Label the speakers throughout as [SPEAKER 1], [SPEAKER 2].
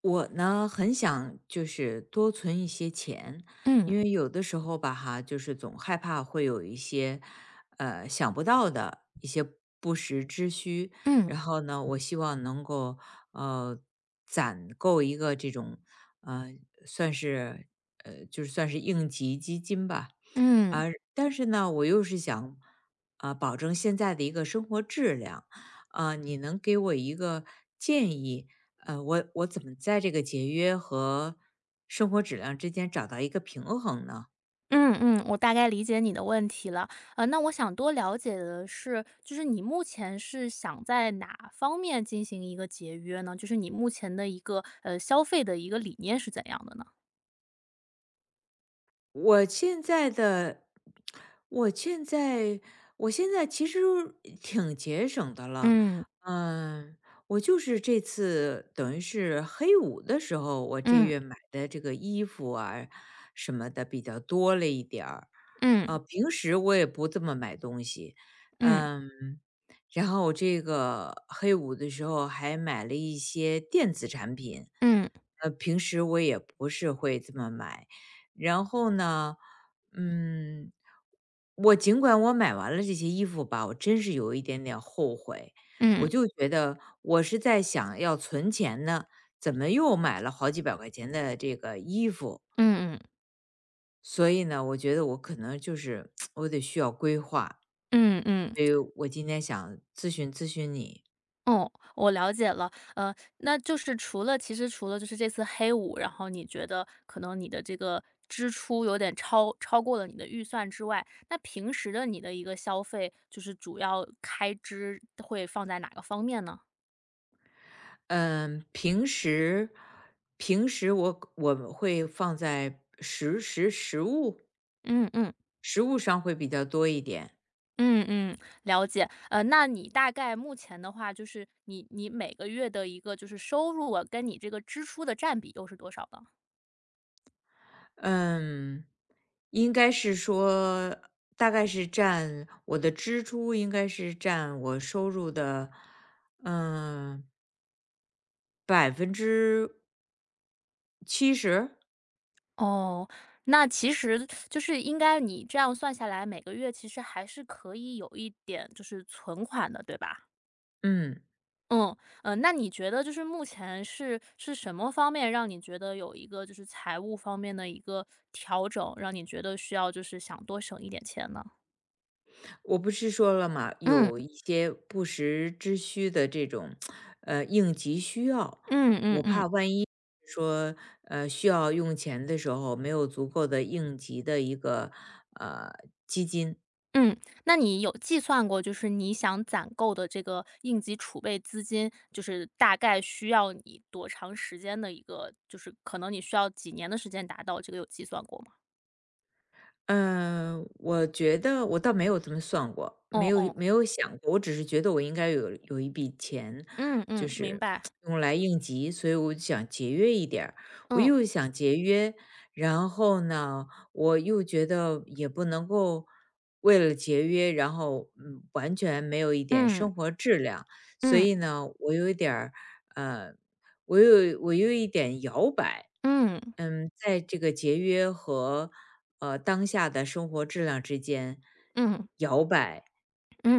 [SPEAKER 1] 我呢，很想就是多存一些钱，
[SPEAKER 2] 嗯。
[SPEAKER 1] 因为有的时候吧，哈，就是总害怕会有一些，想不到的一些不时之需。
[SPEAKER 2] 嗯。
[SPEAKER 1] 然后呢，我希望能够呃攒够一个这种，呃，算是就是算是应急基金吧。
[SPEAKER 2] 嗯。
[SPEAKER 1] 啊、但是呢，我又是想啊、保证现在的一个生活质量。啊、你能给我一个建议？我怎么在这个节约和生活质量之间找到一个平衡呢？
[SPEAKER 2] 嗯嗯，我大概理解你的问题了。那我想多了解的是，就是你目前是想在哪方面进行一个节约呢？就是你目前的一个消费的一个理念是怎样的呢？
[SPEAKER 1] 我现在的，我现在，我现在其实挺节省的了，
[SPEAKER 2] 嗯。
[SPEAKER 1] 嗯，我就是这次等于是黑五的时候，我这
[SPEAKER 2] 嗯。
[SPEAKER 1] 月买的这个衣服啊什么的比较多了一点儿，
[SPEAKER 2] 嗯。
[SPEAKER 1] 平时我也不这么买东西，
[SPEAKER 2] 嗯。
[SPEAKER 1] 嗯，然后我这个黑五的时候还买了一些电子产品，
[SPEAKER 2] 嗯。
[SPEAKER 1] 平时我也不是会这么买。然后呢，嗯，我尽管我买完了这些衣服吧，我真是有一点点后悔。
[SPEAKER 2] 嗯。
[SPEAKER 1] 我
[SPEAKER 2] 嗯。
[SPEAKER 1] 就觉得我是在想要存钱呢，怎么又买了好几百块钱的这个衣服？
[SPEAKER 2] 嗯。
[SPEAKER 1] 所以呢，我觉得我可能就是 我得需要规划。
[SPEAKER 2] 嗯。嗯。嗯。
[SPEAKER 1] 所以我今天想咨询咨询你，
[SPEAKER 2] 哦，我了解了。那就是除了就是这次黑五，然后你觉得可能你的这个支出有点超过了你的预算之外，那平时的你的一个消费，就是主要开支会放在哪个方面呢？
[SPEAKER 1] 嗯，平时平时我会放在实物
[SPEAKER 2] 嗯嗯。
[SPEAKER 1] 实物上会比较多一点。
[SPEAKER 2] 嗯嗯，了解。那你大概目前的话，就是你每个月的一个就是收入啊，跟你这个支出的占比又是多少呢？
[SPEAKER 1] 嗯，应该是说，大概是占我的支出，应该是占我收入的，嗯，70%。
[SPEAKER 2] 哦，那其实就是应该你这样算下来，每个月其实还是可以有一点就是存款的，对吧？
[SPEAKER 1] 嗯，
[SPEAKER 2] 嗯。嗯。那你觉得就是目前是什么方面让你觉得有一个就是财务方面的一个调整，让你觉得需要就是想多省一点钱呢？
[SPEAKER 1] 我不是说了嘛，
[SPEAKER 2] 嗯。
[SPEAKER 1] 有一些不时之需的这种，应急需要。
[SPEAKER 2] 嗯。嗯。
[SPEAKER 1] 我
[SPEAKER 2] 嗯。
[SPEAKER 1] 怕万一说，需要用钱的时候没有足够的应急的一个呃基金，
[SPEAKER 2] 嗯，那你有计算过，就是你想攒够的这个应急储备资金，就是大概需要你多长时间的一个，就是可能你需要几年的时间达到，这个有计算过吗？
[SPEAKER 1] 嗯，我觉得我倒没有这么算过，没
[SPEAKER 2] 哦
[SPEAKER 1] 有
[SPEAKER 2] 哦，
[SPEAKER 1] 没有想过，我只是觉得我应该有一笔钱，
[SPEAKER 2] 嗯
[SPEAKER 1] 就
[SPEAKER 2] 嗯，明
[SPEAKER 1] 是
[SPEAKER 2] 白。
[SPEAKER 1] 用来应急，所以我就想节约一点儿。我
[SPEAKER 2] 嗯。
[SPEAKER 1] 又想节约，然后呢，我又觉得也不能够为了节约，然后完全没有一点
[SPEAKER 2] 嗯。
[SPEAKER 1] 生活质量，所
[SPEAKER 2] 嗯。
[SPEAKER 1] 以呢，我有一点儿呃我有一点摇摆。
[SPEAKER 2] 嗯。
[SPEAKER 1] 在这个节约和当下的生活质量之间
[SPEAKER 2] 嗯。
[SPEAKER 1] 摇摆，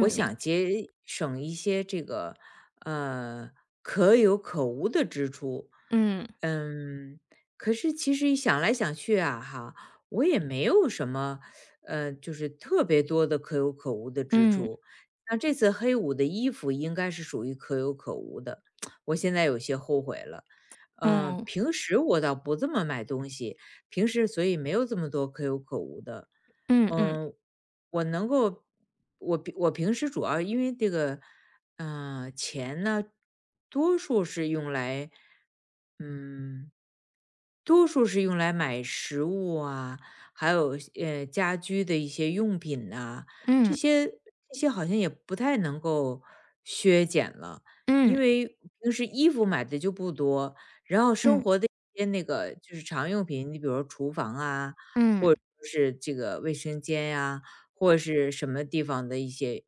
[SPEAKER 1] 我想节省一些这个呃可有可无的支出。
[SPEAKER 2] 嗯。
[SPEAKER 1] 嗯，可是其实一想来想去啊，哈，我也没有什么就是特别多的可有可无的支
[SPEAKER 2] 嗯。
[SPEAKER 1] 出。像这次黑五的衣服应该是属于可有可无的，我现在有些后悔了。
[SPEAKER 2] 嗯。
[SPEAKER 1] 平时我倒不这么买东西，平时所以没有这么多可有可无的。
[SPEAKER 2] 嗯。
[SPEAKER 1] 嗯，我能够，我平时主要因为这个，钱呢，多数是用来，嗯，多数是用来买食物啊，还有家居的一些用品呐、这
[SPEAKER 2] 嗯。
[SPEAKER 1] 些这些好像也不太能够削减了，因
[SPEAKER 2] 嗯。
[SPEAKER 1] 为平时衣服买的就不多，然后生
[SPEAKER 2] 嗯。
[SPEAKER 1] 活的一些那个就是常用品，你比如说厨房啊，
[SPEAKER 2] 嗯。
[SPEAKER 1] 或者说是这个卫生间呀、或是什么地方的一些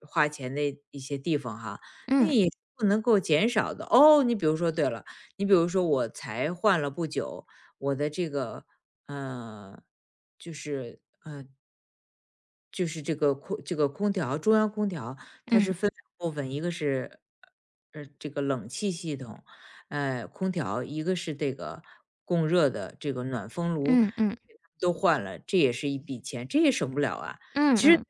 [SPEAKER 1] 花钱的一些地方哈，那
[SPEAKER 2] 嗯。嗯。
[SPEAKER 1] 也是不能够减少的哦。你比如说，对了，你比如说，我才换了不久，我的这个呃，就是这个空调中央空调，它
[SPEAKER 2] 嗯。
[SPEAKER 1] 是分两部分，一个是，这个冷气系统，空调，一个是这个供热的这个暖风炉，
[SPEAKER 2] 嗯。嗯。
[SPEAKER 1] 给它们都换了，这也是一笔钱，这也省不了啊。
[SPEAKER 2] 嗯。嗯。
[SPEAKER 1] 其实
[SPEAKER 2] 嗯。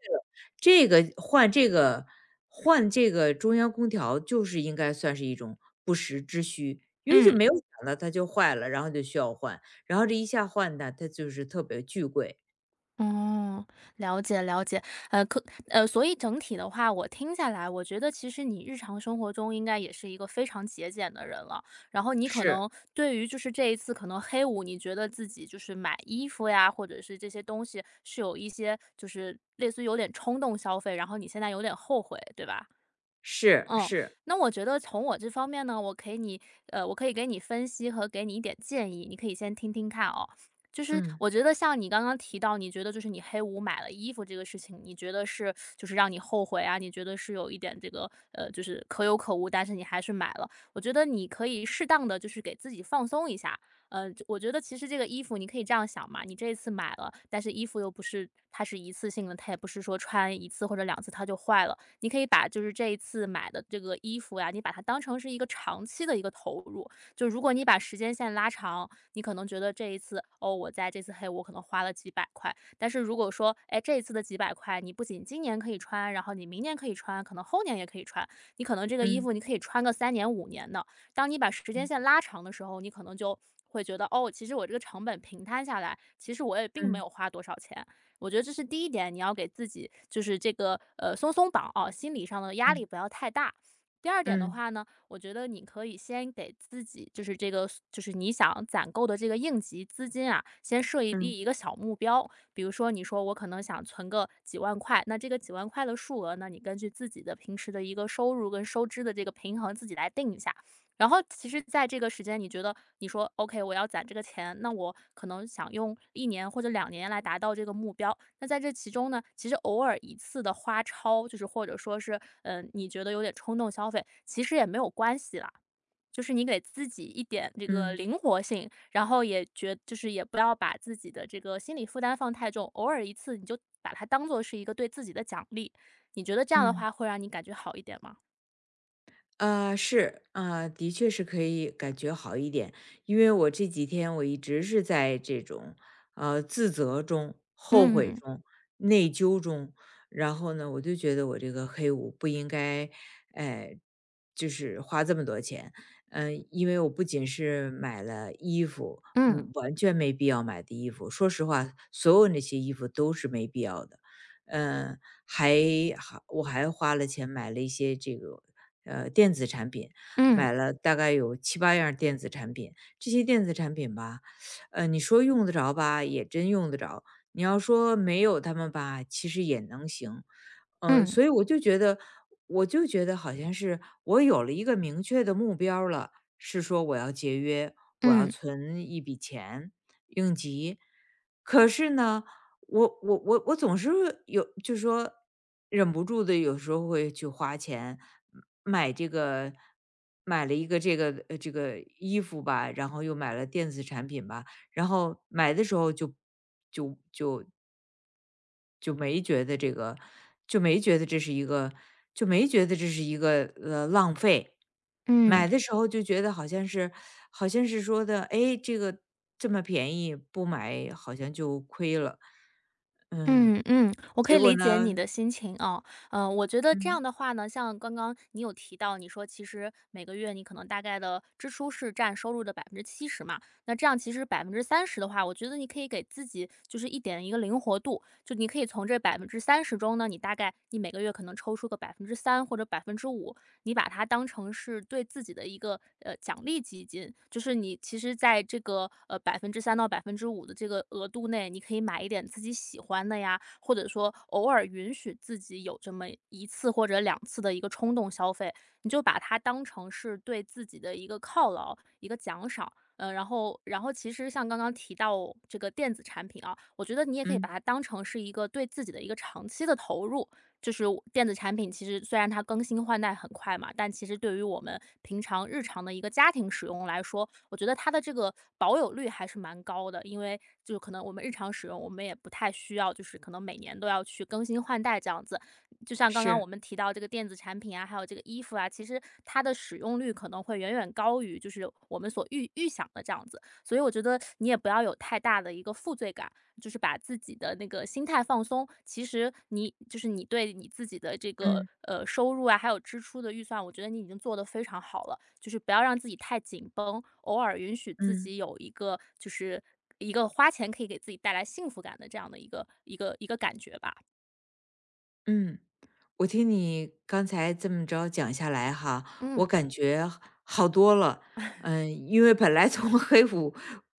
[SPEAKER 1] 这个这个换这个换这个中央空调就是应该算是一种不时之需，因为就
[SPEAKER 2] 嗯。
[SPEAKER 1] 没有想到它就坏了，然后就需要换，然后这一下换的它就是特别巨贵。
[SPEAKER 2] 哦，了解了解。所以整体的话，我听下来，我觉得其实你日常生活中应该也是一个非常节俭的人了。然后你可
[SPEAKER 1] 是，
[SPEAKER 2] 能对于就是这一次可能黑五，你觉得自己就是买衣服呀，或者是这些东西是有一些就是类似于有点冲动消费，然后你现在有点后悔，对吧？
[SPEAKER 1] 是，
[SPEAKER 2] 嗯，
[SPEAKER 1] 是。
[SPEAKER 2] 那我觉得从我这方面呢，我可以给你分析和给你一点建议，你可以先听听看哦。就是
[SPEAKER 1] 嗯
[SPEAKER 2] 我觉得像你刚刚提到，你觉得就是你黑五买了衣服这个事情，你觉得是就是让你后悔啊？你觉得是有一点这个就是可有可无，但是你还是买了。我觉得你可以适当的就是给自己放松一下。嗯，我觉得其实这个衣服你可以这样想嘛，你这一次买了，但是衣服又不是它是一次性的，它也不是说穿一次或者两次它就坏了。你可以把就是这一次买的这个衣服呀，你把它当成是一个长期的一个投入。就如果你把时间线拉长，你可能觉得这一次哦，我在这次黑我可能花了几百块，但是如果说哎这一次的几百块，你不仅今年可以穿，然后你明年可以穿，可能后年也可以穿，你可能这个衣
[SPEAKER 1] 嗯
[SPEAKER 2] 服你可以穿个3年5年的。当你把时间
[SPEAKER 1] 嗯
[SPEAKER 2] 线拉长的时候，你可能就会觉得哦，其实我这个成本平摊下来，其实我也并没
[SPEAKER 1] 嗯
[SPEAKER 2] 有花多少钱。我觉得这是第一点，你要给自己就是这个松松绑啊，心理上的压
[SPEAKER 1] 嗯
[SPEAKER 2] 力不要太大。第二点的
[SPEAKER 1] 嗯
[SPEAKER 2] 话呢，我觉得你可以先给自己就是这个就是你想攒够的这个应急资金啊，先设一
[SPEAKER 1] 嗯
[SPEAKER 2] 立一个小目标。比如说，你说我可能想存个几万块，那这个几万块的数额呢，你根据自己的平时的一个收入跟收支的这个平衡自己来定一下。然后其实在这个时间，你觉得你说 OK，我要攒这个钱，那我可能想用1年或者2年来达到这个目标。那在这其中呢，其实偶尔一次的就是或者说是，嗯，你觉得有点冲动消费，其实也没有关系啦。就是你给自己一点这个
[SPEAKER 1] 嗯
[SPEAKER 2] 灵活性，然后也就是也不要把自己的这个心理负担放太重，偶尔一次你就把它当做是一个对自己的奖励。你觉得这样的
[SPEAKER 1] 嗯，
[SPEAKER 2] 话会让你感觉好一点吗？
[SPEAKER 1] 是，啊，的确是可以感觉好一点，因为我这几天我一直是在这种自责中、后悔
[SPEAKER 2] 嗯。
[SPEAKER 1] 中、内疚中，然后呢，我就觉得我这个黑五不应该，哎、就是花这么多钱，因为我不仅是买了衣服，
[SPEAKER 2] 嗯。
[SPEAKER 1] 完全没必要买的衣服，说实话，所有那些衣服都是没必要的。嗯，还还我还花了钱买了一些这个电子产品，
[SPEAKER 2] 嗯。
[SPEAKER 1] 买了大概有七八样儿电子产品。这些电子产品吧，你说用得着吧，也真用得着；你要说没有他们吧，其实也能行。
[SPEAKER 2] 嗯。
[SPEAKER 1] 所以我就觉得，我就觉得好像是我有了一个明确的目标儿了，是说我要节约，我要
[SPEAKER 2] 嗯。
[SPEAKER 1] 存一笔钱应急。可是呢，我总是有，就是说忍不住的，有时候会去花钱买这个，买了一个这个衣服吧，然后又买了电子产品吧，然后买的时候就就没觉得这个，就没觉得这是一个，就没觉得这是一个浪费。买
[SPEAKER 2] 嗯。
[SPEAKER 1] 的时候就觉得好像是，好像是说的，哎，这个这么便宜，不买好像就亏了，嗯，
[SPEAKER 2] 嗯。嗯，我可
[SPEAKER 1] 结
[SPEAKER 2] 以
[SPEAKER 1] 果
[SPEAKER 2] 理解你
[SPEAKER 1] 呢，
[SPEAKER 2] 的心情啊。嗯，我觉得这
[SPEAKER 1] 嗯。
[SPEAKER 2] 样的话呢，像刚刚你有提到，你说其实每个月你可能大概的支出是占收入的70%嘛，那这样其实百分之三十的话，我觉得你可以给自己就是一点一个灵活度，就你可以从这百分之三十中呢，你大概你每个月可能抽出个百分之三或者百分之五。你把它当成是对自己的一个奖励基金，就是你其实在这个百分之三到百分之五的这个额度内，你可以买一点自己喜欢的呀，或者说偶尔允许自己有这么一次或者两次的一个冲动消费，你就把它当成是对自己的一个犒劳、一个奖赏。嗯，然后其实像刚刚提到这个电子产品啊，我觉得你也可以把
[SPEAKER 1] 嗯，
[SPEAKER 2] 它当成是一个对自己的一个长期的投入，就是电子产品，其实虽然它更新换代很快嘛，但其实对于我们平常日常的一个家庭使用来说，我觉得它的这个保有率还是蛮高的。因为就可能我们日常使用，我们也不太需要，就是可能每年都要去更新换代这样子。就像刚刚
[SPEAKER 1] 是，
[SPEAKER 2] 我们提到这个电子产品啊，还有这个衣服啊，其实它的使用率可能会远远高于就是我们所预想的这样子。所以我觉得你也不要有太大的一个负罪感，就是把自己的那个心态放松，其实你就是你对你自己的这个
[SPEAKER 1] 嗯
[SPEAKER 2] 收入啊，还有支出的预算，我觉得你已经做得非常好了。就是不要让自己太紧绷，偶尔允许自
[SPEAKER 1] 嗯
[SPEAKER 2] 己有一个就是一个花钱可以给自己带来幸福感的这样的一个感觉吧。
[SPEAKER 1] 嗯。我听你刚才这么着讲下来哈，我
[SPEAKER 2] 嗯
[SPEAKER 1] 感觉好多了。嗯，因为本来从 黑五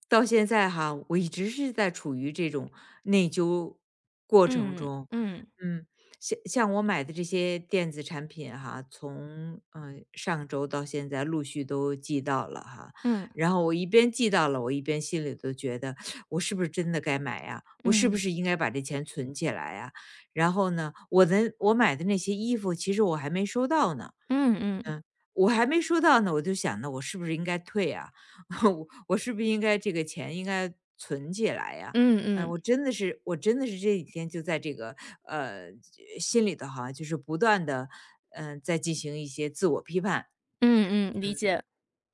[SPEAKER 1] 到现在哈，我一直是在处于这种内疚过程
[SPEAKER 2] 嗯。
[SPEAKER 1] 中。
[SPEAKER 2] 嗯。
[SPEAKER 1] 嗯，像我买的这些电子产品哈，从上周到现在陆续都寄到了哈。
[SPEAKER 2] 嗯。
[SPEAKER 1] 然后我一边寄到了，我一边心里都觉得，我是不是真的该买呀？我是
[SPEAKER 2] 嗯。
[SPEAKER 1] 不
[SPEAKER 2] 嗯。
[SPEAKER 1] 是应该把这钱存起来呀？然后呢，我买的那些衣服，其实我还没收到呢，
[SPEAKER 2] 嗯。
[SPEAKER 1] 嗯，我还没收到呢，我就想呢，我是不是应该退啊？我是不是应该这个钱应该存起来呀、
[SPEAKER 2] 嗯。嗯。
[SPEAKER 1] 我真的是，我真的是这几天就在这个呃心里头哈，就是不断的在进行一些自我批判，
[SPEAKER 2] 嗯。嗯，理解。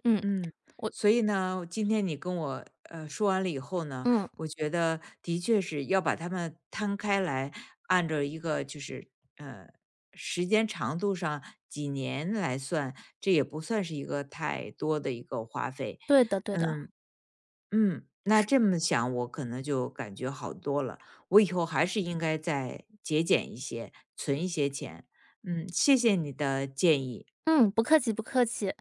[SPEAKER 2] 嗯，
[SPEAKER 1] 嗯，
[SPEAKER 2] 我
[SPEAKER 1] 所以呢，今天你跟我说完了以后呢，
[SPEAKER 2] 嗯，
[SPEAKER 1] 我觉得的确是要把它们摊开来，按照一个就是呃时间长度上几年来算，这也不算是一个太多的一个花费。
[SPEAKER 2] 对的对的。
[SPEAKER 1] 嗯那这么想，我可能就感觉好多了。我以后还是应该再节俭一些，存一些钱。嗯，谢谢你的建议。
[SPEAKER 2] 嗯，不客气不客气。